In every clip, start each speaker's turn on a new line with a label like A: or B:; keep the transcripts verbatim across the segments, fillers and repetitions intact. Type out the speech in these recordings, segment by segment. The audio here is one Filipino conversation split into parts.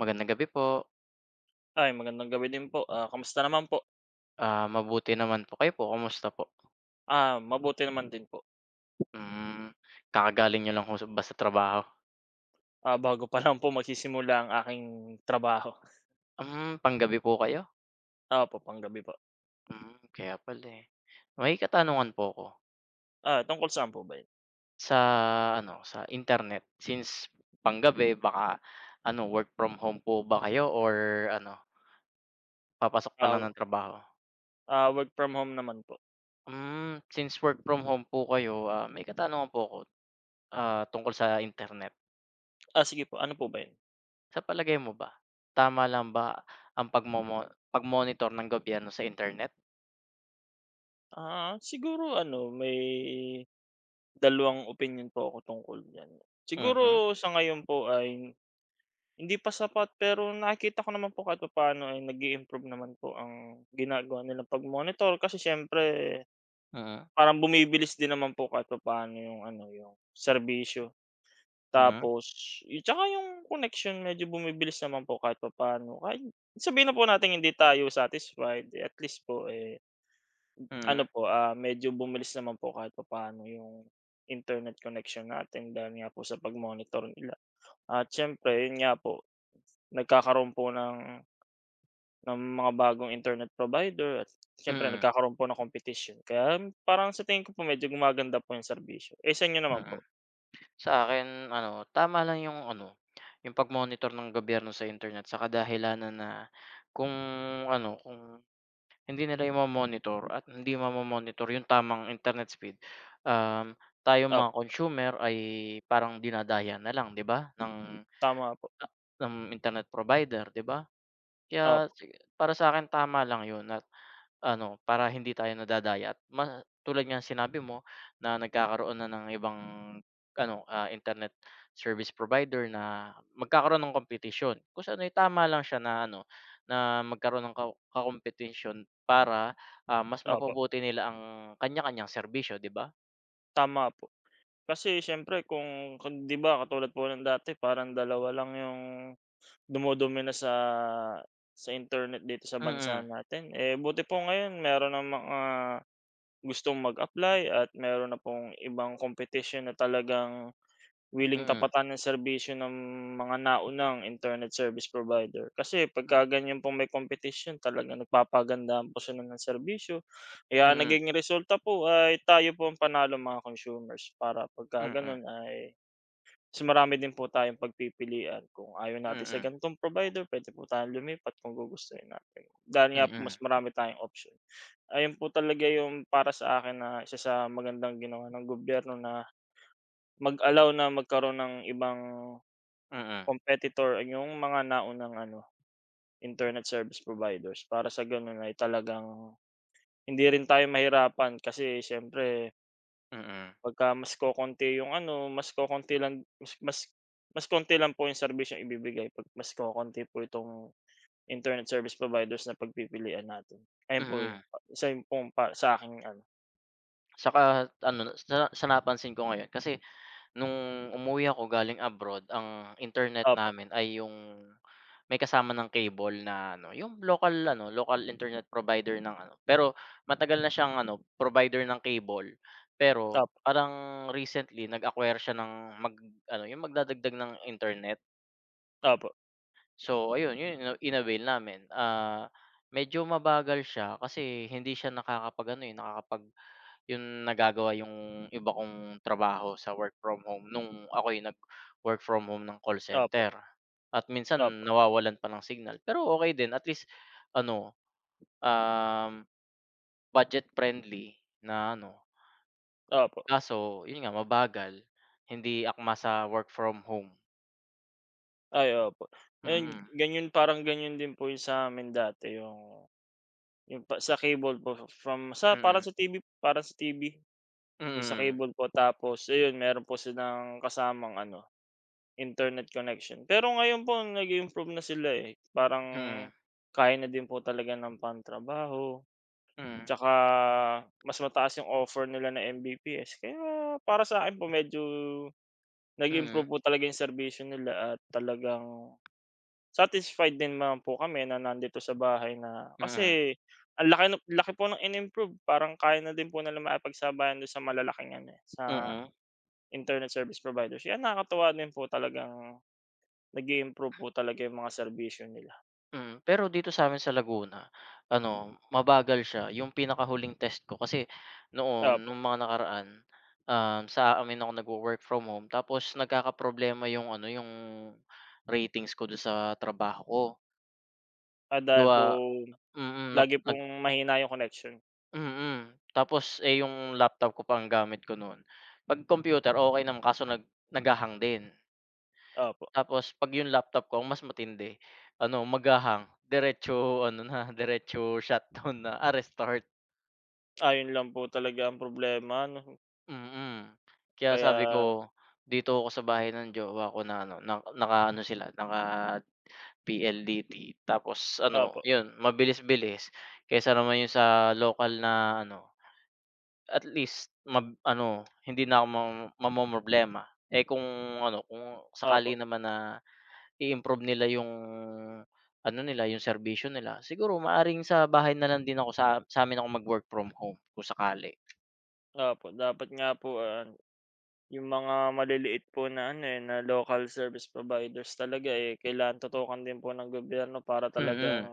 A: Magandang gabi po.
B: Ay, magandang gabi din po. Ah, kamusta naman po?
A: Ah, mabuti naman po. Kayo po, kamusta po?
B: Ah, mabuti naman din po.
A: Hmm, kakagaling niyo lang ho sa- ba sa trabaho?
B: Ah, bago pa lang po magsisimula ang aking trabaho.
A: Hmm, panggabi po kayo?
B: Opo, panggabi po.
A: Hmm, kaya pala, eh. May katanungan po ko
B: Ah, tungkol saan po ba 'yun?
A: sa ano, sa internet, since panggabi, baka ano, work from home po ba kayo, or ano, papasok pa lang
B: Ah,
A: ng trabaho?
B: ah, Work from home naman po.
A: Hmm, since work from home po kayo, ah, may katanungan po ko, ah, tungkol sa internet.
B: Ah, sige po, ano po ba 'yun?
A: Sa palagay mo ba, tama lang ba ang pagmomo pagmonitor ng gobyerno sa internet?
B: Ah, siguro ano, may dalawang opinion po ako tungkol diyan.
A: Mhm,
B: Siguro sa ngayon po ay hindi pa sapat, pero nakikita ko naman po kahit papaano ay nag improve naman po ang ginagawa nilang pag-monitor, kasi siyempre
A: mm,
B: parang bumibilis din naman po kahit papaano yung ano, yung serbisyo.
A: mm,
B: Tapos yu tsaka yung connection medyo bumibilis naman po kahit papaano. Kahit sabihin na po nating hindi tayo satisfied, eh, at least po, eh, ano
A: mm,
B: po, ah, medyo bumilis naman po kahit papaano yung internet connection natin dahil nga po sa pag-monitor nila. At siyempre yun nga po, nagkakaroon po ng Ng mga bagong internet provider, at siyempre
A: mm,
B: nagkakaroon po ng kompetisyon. Kaya parang sa tingin ko po medyo gumaganda po yung serbisyo. Eh, sa inyo naman
A: mm.
B: po?
A: Sa akin ano, tama lang yung ano, yung pagmonitor ng gobyerno sa internet, sa kadahilanan na kung ano, kung hindi nila i monitor at hindi mamo-monitor yung tamang internet speed, um, tayong
B: Opo,
A: mga consumer ay parang dinadaya na lang, 'di ba, ng
B: tama po.
A: ng internet provider, 'di ba? Kaya
B: Opo,
A: sige, para sa'kin tama lang 'yun, at ano, para hindi tayo nadadaya, at ma tulad nga ng sinabi mo, na nagkakaroon na ng ibang ano, ah, internet service provider na magkakaroon ng kompetisyon. Kung sa ano, eh, tama lang siya na ano, na magkaroon ng ka kakompetisyon para, ah, mas
B: opo,
A: mapabuti nila ang kanya-kanyang serbisyo, 'di ba?
B: tama po. Kasi siyempre kung kung 'di ba katulad po ng dati parang dalawa lang yung dumodumina sa sa internet dito sa bansa
A: Mm,
B: natin. Eh, buti po ngayon meron ng mga gustong mag-apply at meron na pong ibang kompetisyon na talagang willing
A: mm,
B: tapatan ang serbisyo ng mga naunang internet service provider. Kasi pagka
A: mm,
B: ganyan pong may competition talaga nagpapagandahan po sila ng serbisyo. Kaya ang
A: mm,
B: naging resulta po ay tayo po ang panalo, mga consumers, para pagka
A: mm,
B: gano'n ay mas marami din po tayong pagpipilian. Kung ayaw natin sa
A: mm,
B: ganitong provider, pwede po tayong lumipat kung gugustuhin natin. Dahil
A: mm,
B: nga po
A: mm,
B: mas marami tayong option. Ayun po talaga yung para sa akin na isa sa magandang ginawa ng gobyerno na mag-allow na magkaroon ng ibang
A: mm,
B: competitor yung mga naunang ano, internet service providers, para sa gano'n ay talagang hindi rin tayo mahirapan, kasi siyempre
A: mm,
B: pagka mas kokonti yung ano, mas kokonti lang, mas mas mas konti lang po yung serbisyong ibibigay 'pag mas kokonti po itong internet service providers na pagpipilian natin. Ayun po yun,
A: mm.
B: isa yun pong pa sa aking ano.
A: Saka ano, sa sa napansin ko ngayon kasi nung umuwi ako galing abroad, ang internet
B: Opo,
A: namin ay yung may kasama ng cable na ano, yung local ano, local internet provider ng ano, pero matagal na siyang ano, provider ng cable. Pero
B: opo,
A: parang recently nag-acquire siya ng mag ano, yung magdadagdag ng internet.
B: opo,
A: So ayun, yun yung in namin. Ah, medyo mabagal siya kasi hindi siya nakakapag ano, eh, nakakapag yun nagagawa 'yung iba kong trabaho sa work from home nung ako'y nag-work from home ng call
B: opo,
A: center. At minsan
B: opo,
A: nawawalan pa ng signal, pero okay din, at least ano, um, budget friendly na ano.
B: opo,
A: Kaso 'yun nga, mabagal, hindi akma sa work from home.
B: ay opo. Ayun,
A: Mm,
B: ganyan, parang ganyan din po yung sa'min dati yung Yung pa sa cable po from sa para
A: mm,
B: sa T V, para sa T V, yung sa
A: mm,
B: cable po, tapos ayun meron po silang kasamang ano, internet connection. Pero ngayon po nag improve na sila, eh, parang
A: mm,
B: kaya na din po talaga ng pantrabaho,
A: mm,
B: tsaka mas mataas yung offer nila na Mbps. Kaya para sa'kin po medyo
A: mm,
B: nag-improve
A: mm,
B: po talaga yung serbisyo nila, at talagang satisfied din naman po kami na nandito sa bahay na, kasi ang laki no laki po ng in-improve, parang kaya na din po nila makipagsabayan dun sa malalaking ano, eh,
A: mm,
B: sa
A: mm.
B: internet service providers. Yan, nakakatuwa din po talagang nag improve po talaga yung mga serbisyo nila.
A: Mm, pero dito sa amin sa Laguna, ano, mabagal siya. Yung pinakahuling test ko kasi noon,
B: Opo,
A: nung mga nakaraan, um, sa amin ako nagwo-work from home tapos nagkakaproblema yung ano, yung ratings ko dun sa trabaho ko.
B: ah, dahil
A: Gawa
B: po
A: mm, nap
B: lagi
A: nag
B: pong mahina yung connection.
A: mm. Tapos, eh, yung laptop ko pa ang gamit ko no'n. 'Pag computer, okay naman, kaso nag naghahang din.
B: Opo,
A: Tapos 'pag yung laptop ko ang mas matindi, ano, maga-hang, diretso ano na, diretso shutdown na, ah, restart,
B: ayun lang po talaga ang problema ano,
A: mm. Kaya sabi
B: kaya
A: ko, dito ako sa bahay ng jowa ko na ano, na naka-ano sila, naka-P L D T tapos
B: opo,
A: ano, yun mabilis-bilis kaysa naman yung sa lokal na ano, at least mab ano, hindi na ako ma mamomroblema. Eh, kung ano, kung
B: opo,
A: sakali naman na i-improve nila yung ano nila, yung serbisyo nila, siguro maaaring sa bahay na lang din ako, sa sa amin ako mag-work from home kung sakali.
B: opo. Dapat nga po, ah yung mga maliliit po na ano, eh, na local service providers talaga, eh, kailangan tutukan din po ng gobyerno para talagang
A: Mm,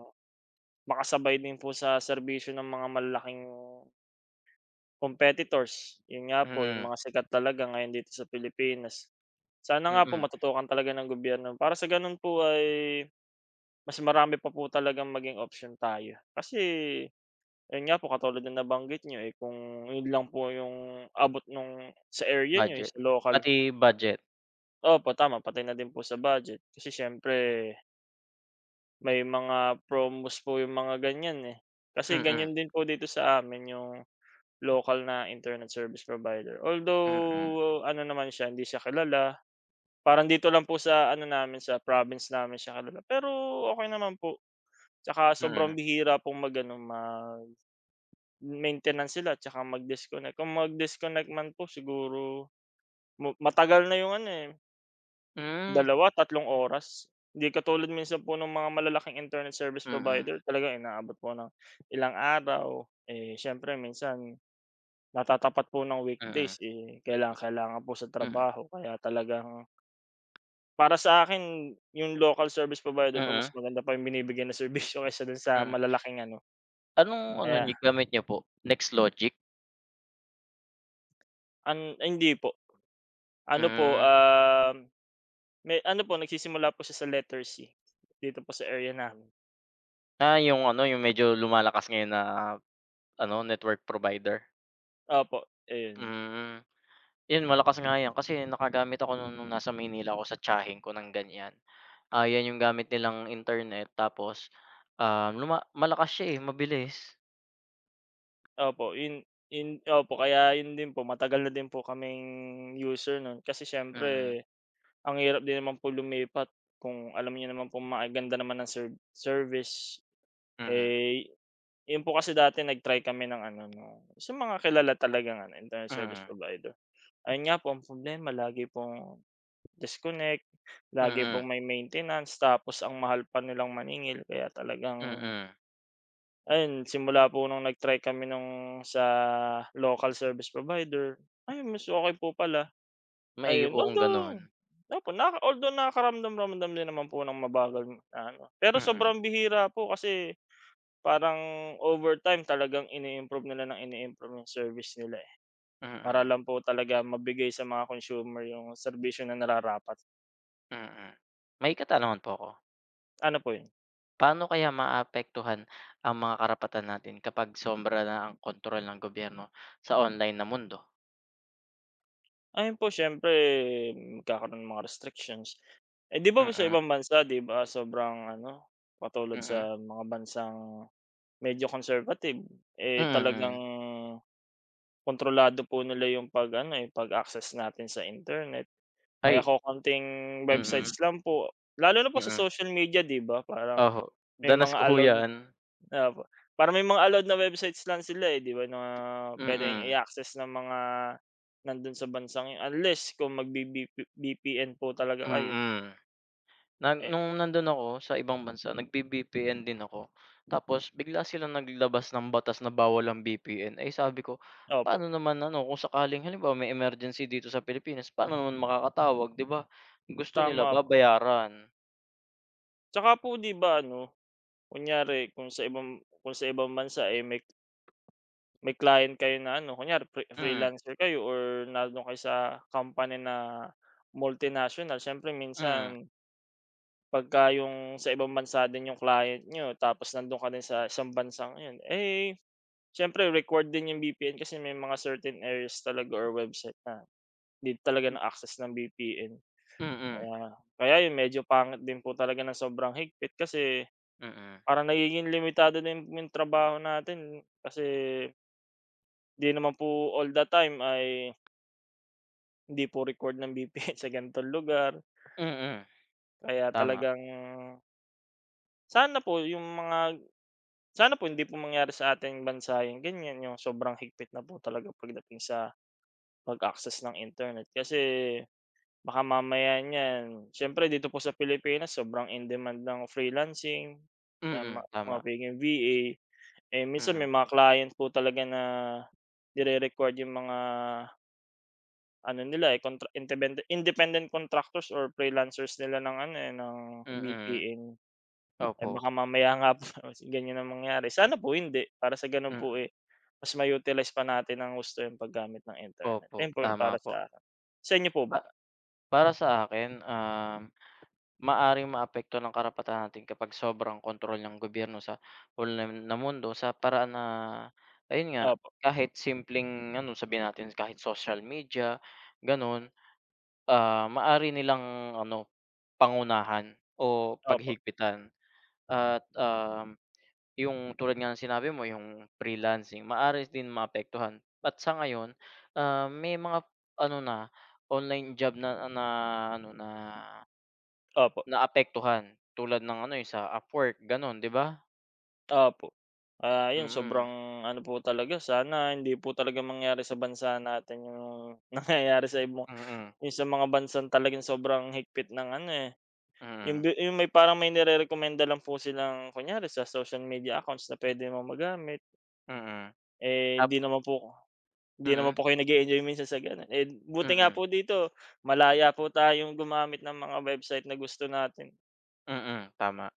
B: makasabay din po sa serbisyo ng mga malalaking competitors. Yun nga po, yung
A: mm,
B: mga sikat talaga ngayon dito sa Pilipinas. Sana nga po
A: mm,
B: matutukan talaga ng gobyerno, para sa ganun po ay mas marami pa po talagang maging option tayo. Kasi ayun nga po katulad na nabanggit nyo, eh, kung yun lang po yung abot nung sa area nyo, eh,
A: budget.
B: sa local.
A: Pati budget.
B: Opo, tama, patay na din po sa budget. Kasi siyempre may mga promos po yung mga ganyan, eh. Kasi
A: Mm,
B: ganyan din po dito sa amin yung lokal na internet service provider.
A: mm, mm.
B: Although ano naman siya, hindi siya kilala. Parang dito lang po sa ano namin, sa province namin siya kilala, pero okey naman po. Tsaka
A: Hmm,
B: sobrang bihira pong mag-ano, mag-maintenance sila tsaka mag-disconnect. Kung mag-disconnect man po siguro mu matagal na yung ano, eh,
A: mm,
B: dalawa, tatlong oras. Hindi katulad minsan po nung mga malalaking internet service provider talagang inaabot po ng ilang araw. Eh, siyempre minsan natatapat po ng
A: mm,
B: weekdays, eh, kailangang-kailangan po sa
A: mm,
B: trabaho, kaya talagang para sa akin yung local service provider po mas
A: mm,
B: maganda pa yung binibigay na serbisyo kaysa dun sa
A: mm.
B: malalaking ano,
A: Anong ano
B: kaya
A: niyo, gamit niyo po, Nextlogic?
B: an ay, hindi po. Ano po,
A: Hmm,
B: um, may ano po, nagsisimula po siya sa letter C, dito po sa area namin.
A: ah, yung ano, yung medyo lumalakas ngayon na ano, network provider?
B: Opo, ayun.
A: Hmm. 'Yun malakas nga 'yan kasi nakagamit ako no'n nung nasa Maynila ako sa tiyahin ko ng ganyan. Ah, 'yan yung gamit nilang internet, tapos, um, luma malakas siya, eh, mabilis.
B: Opo, yun yun opo, kaya yun din po matagal na din po kaming user nun, kasi
A: Mm,
B: siyempre ang hirap din naman po lumipat kung alam niyo naman po maganda naman ang serv service.
A: mm,
B: Eh, yun po kasi dati nag-try kami ng ano nung sa mga kilala talagang ano, internet service
A: mm,
B: provider. Ayun nga po ang problema lagi pong disconnect, lagi
A: mm,
B: pong may maintenance, tapos ang mahal pa nilang maningil kaya talagang
A: mm.
B: ayun, simula po nung nag-try kami nung sa local service provider, ay mas okey po pala.
A: Maigi
B: Ayun,
A: po kung
B: although
A: gano'n.
B: opo, na although nakakaramdam-ramdam din naman po ng mabagal na ano, pero
A: Mm,
B: sobrang bihira po, kasi parang overtime talagang ini-improve nila ng ini-improve yung service nila, eh, para
A: mm,
B: lang po talaga mabigay sa mga consumer yung serbisyo na nararapat.
A: mm. May katanungan po ako.
B: Ano po yun?
A: Paano kaya maapektuhan ang mga karapatan natin kapag sombra na ang kontrol ng gobyerno sa online na mundo?
B: Ayun po siyempre magkakaroon ng mga restrictions. Eh, 'di ba sa
A: Mm,
B: ibang bansa, 'di ba sobrang ano, katulad
A: mm,
B: sa mga bansang medyo conservative,
A: mm,
B: eh, talagang
A: mm.
B: kontrolado po nila yung pag-ano, eh, pag-access natin sa internet. Kaya
A: Ay,
B: kokonting
A: mm,
B: websites lang po, lalo na po sa
A: mm.
B: social media, 'di ba parang
A: Oho,
B: may
A: danas
B: mga
A: ko ho
B: allowed.
A: 'yan.
B: Opo, parang may mga allowed na websites lang sila, eh, 'di ba, na puwedeng
A: Mm,
B: i-access ng mga nando'n sa bansang 'yon unless kung magbi-V V P N po talaga kayo,
A: mm. Nag
B: eh
A: nung nandun ako sa ibang bansa, nagbi-V P N din ako, tapos bigla silang naglabas ng batas na bawal ang V P N. Eh, sabi ko,
B: opo,
A: paano naman ano, kung sakaling halimbawa may emergency dito sa Pilipinas, paano naman makakatawag, 'di ba? Gusto nila
B: tama po.
A: babayaran.
B: Tsaka po 'di ba ano, kunyari kung sa ibang kung sa ibang bansa, eh, may may client kayo na ano, kunyari free
A: Mm,
B: freelancer kayo or nando'n kayo sa company na multinational, siyempre
A: mm,
B: minsan pagka yung sa ibang bansa din yung client niyo tapos nando'n ka din sa isang bansang 'yon, eh, siyempre required din yung V P N, kasi may mga certain areas talaga or website na di talaga na-access ng V P N.
A: mm,
B: Kaya kaya yun medyo pangit din po talaga ng sobrang higpit, kasi
A: mm,
B: parang nagiging limitado din yung trabaho natin, kasi di naman po all the time ay hindi po record ng V P N sa ganitong lugar.
A: mm,
B: Kaya
A: tama.
B: talagang sana po yung mga sana po hindi po mangyari sa ating bansa yung ganyan, yung sobrang higpit na po talaga pagdating sa pag-access ng internet, kasi baka mamaya niyan siyempre dito po sa Pilipinas sobrang in demand ng freelancing, ng ma
A: Mm,
B: mga
A: tama.
B: pagiging V A. Eh, minsan
A: Mm,
B: may mga client po talaga na nire-required yung mga ano nila, eh, contra independen independent contractors or freelancers nila ng ano, eh, ng
A: mm,
B: V P N. Eh,
A: opo.
B: baka mamaya nga po ganyan ang mangyari. Sana po hindi, para sa gano'n
A: Mm,
B: po, eh, mas ma-utilize pa natin ng gusto yung paggamit ng internet.
A: opo,
B: Ayun po yung
A: tama
B: para
A: po.
B: sa akin. Sa inyo po ba?
A: Para sa akin, um, maaaring maapektuhan ng karapatan natin kapag sobrang kontrol ng gobyerno sa online na mundo, sa paraan na, ayun nga,
B: Opo,
A: kahit simpleng ano, sabihin natin kahit social media, gano'n, ah, maaari nilang ano, pangunahan o
B: opo,
A: paghigpitan, at, um, yung tulad nga ng sinabi mo, yung freelancing, maari din maapektuhan, at sa ngayon, ah, may mga ano na, online job na na ano, na
B: opo,
A: naapektuhan tulad ng ano, eh, sa Upwork, gano'n, 'di ba?
B: opo. Ah, yun
A: Mm,
B: sobrang ano po talaga, sana hindi po talaga mangyari sa bansa natin yung nangyayari sa ibang
A: mm,
B: yung sa mga bansang talagang sobrang higpit ng ano, eh, yung
A: mm,
B: bi yung may parang may nirerekomenda lang po silang kunyari sa social media accounts na puwede mong magamit,
A: mm,
B: eh,
A: tap
B: 'di naman po hindi naman
A: mm,
B: po kayo nag-e-enjoy minsan sa gano'n, eh, buti nga
A: mm,
B: po dito malaya po tayong gumamit ng mga website na gusto natin.
A: mm, tama.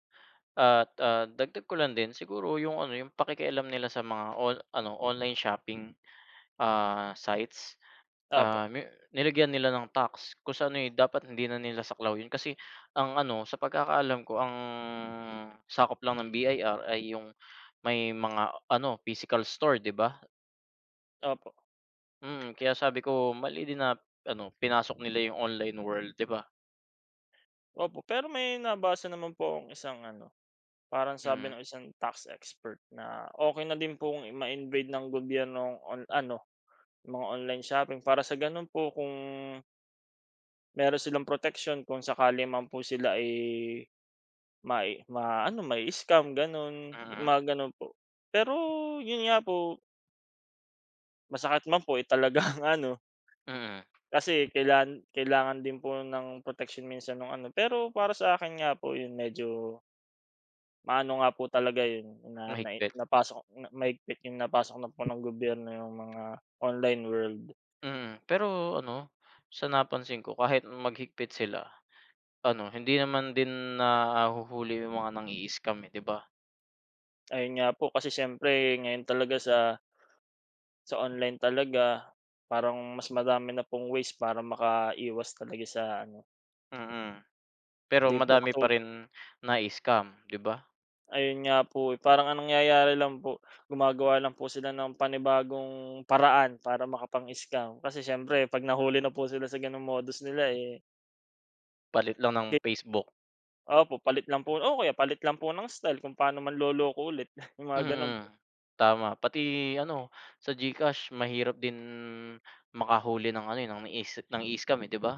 A: At, ah, dagdag ko lang din siguro yung ano, yung pakikialam nila sa mga on ano, online shopping, ah, sites,
B: Opo,
A: ah, ni nilagyan nila ng tax, kung sa ano, eh, dapat hindi na nila saklaw yun, kasi ang ano, sa pagkakaalam ko ang sakop lang ng B I R ay yung may mga ano, physical store, 'di ba?
B: opo,
A: Mm, kaya sabi ko mali din na ano, pinasok nila yung online world, 'di ba?
B: opo. Pero may nabasa naman po akong isang ano, parang sabi
A: Mm,
B: ng isang tax expert na okay na din pong i- ma-invade ng gobyerno ang on ano, mga online shopping, para sa gano'n po kung meron silang protection kung sakali man po sila ay mai ma-ano, mai-scam gano'n,
A: mm,
B: mga gano'n po. Pero 'yun nga po, masakit man po, eh, talagang ano,
A: mm,
B: kasi kailangan kailangan din po ng protection minsan ng ano, pero para sa akin nga po 'yun medyo maano nga po talaga yun na na
A: mahigpit.
B: napasok na mahigpit, yung napasok na po ng gobyerno yung mga online world.
A: Mm, pero ano, sa napansin ko kahit maghigpit sila, ano, hindi naman din nahuhuli yung mga nang-i-scam, eh, 'di ba?
B: Ayun nga po kasi siyempre ngayon talaga sa sa online talaga parang mas madami na pong ways para makaiwas talaga sa ano,
A: Mm, pero
B: hindi po
A: madami
B: katu
A: pa rin na-i-scam, 'di ba?
B: ayun nga po, eh, parang anong nangyayari lang po, gumagawa lang po sila ng panibagong paraan para makapang-scam. Kasi siyempre 'pag nahuli na po sila sa gano'ng modus nila, eh,
A: Palit lang ng Facebook.
B: opo, palit lang po o kaya palit lang po ng style kung paano manloloko ulit, yung mga gano'n
A: Mm,
B: po.
A: tama. Pati ano, sa GCash mahirap din makahuli ng ano, eh, ng nang-i nang-i-scam, eh, 'di ba?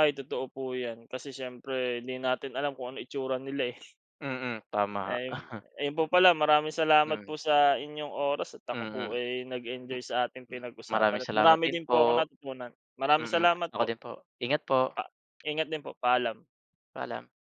B: Ay, totoo po 'yan, kasi siyempre hindi natin alam kung ano itsura nila, eh.
A: Mm, tama.
B: Ayun Ayun po pala, maraming salamat po
A: Hmm.
B: sa inyong oras at ako po
A: Mm,
B: ay nag-enjoy
A: m
B: sa ating
A: m maraming
B: pinag-usapan at
A: salamat
B: marami
A: din
B: din
A: po.
B: po akong natutunan. Maraming
A: Mm,
B: salamat
A: ako
B: po,
A: din po. Ingat po,
B: pa ingat din po, paalam.
A: paalam.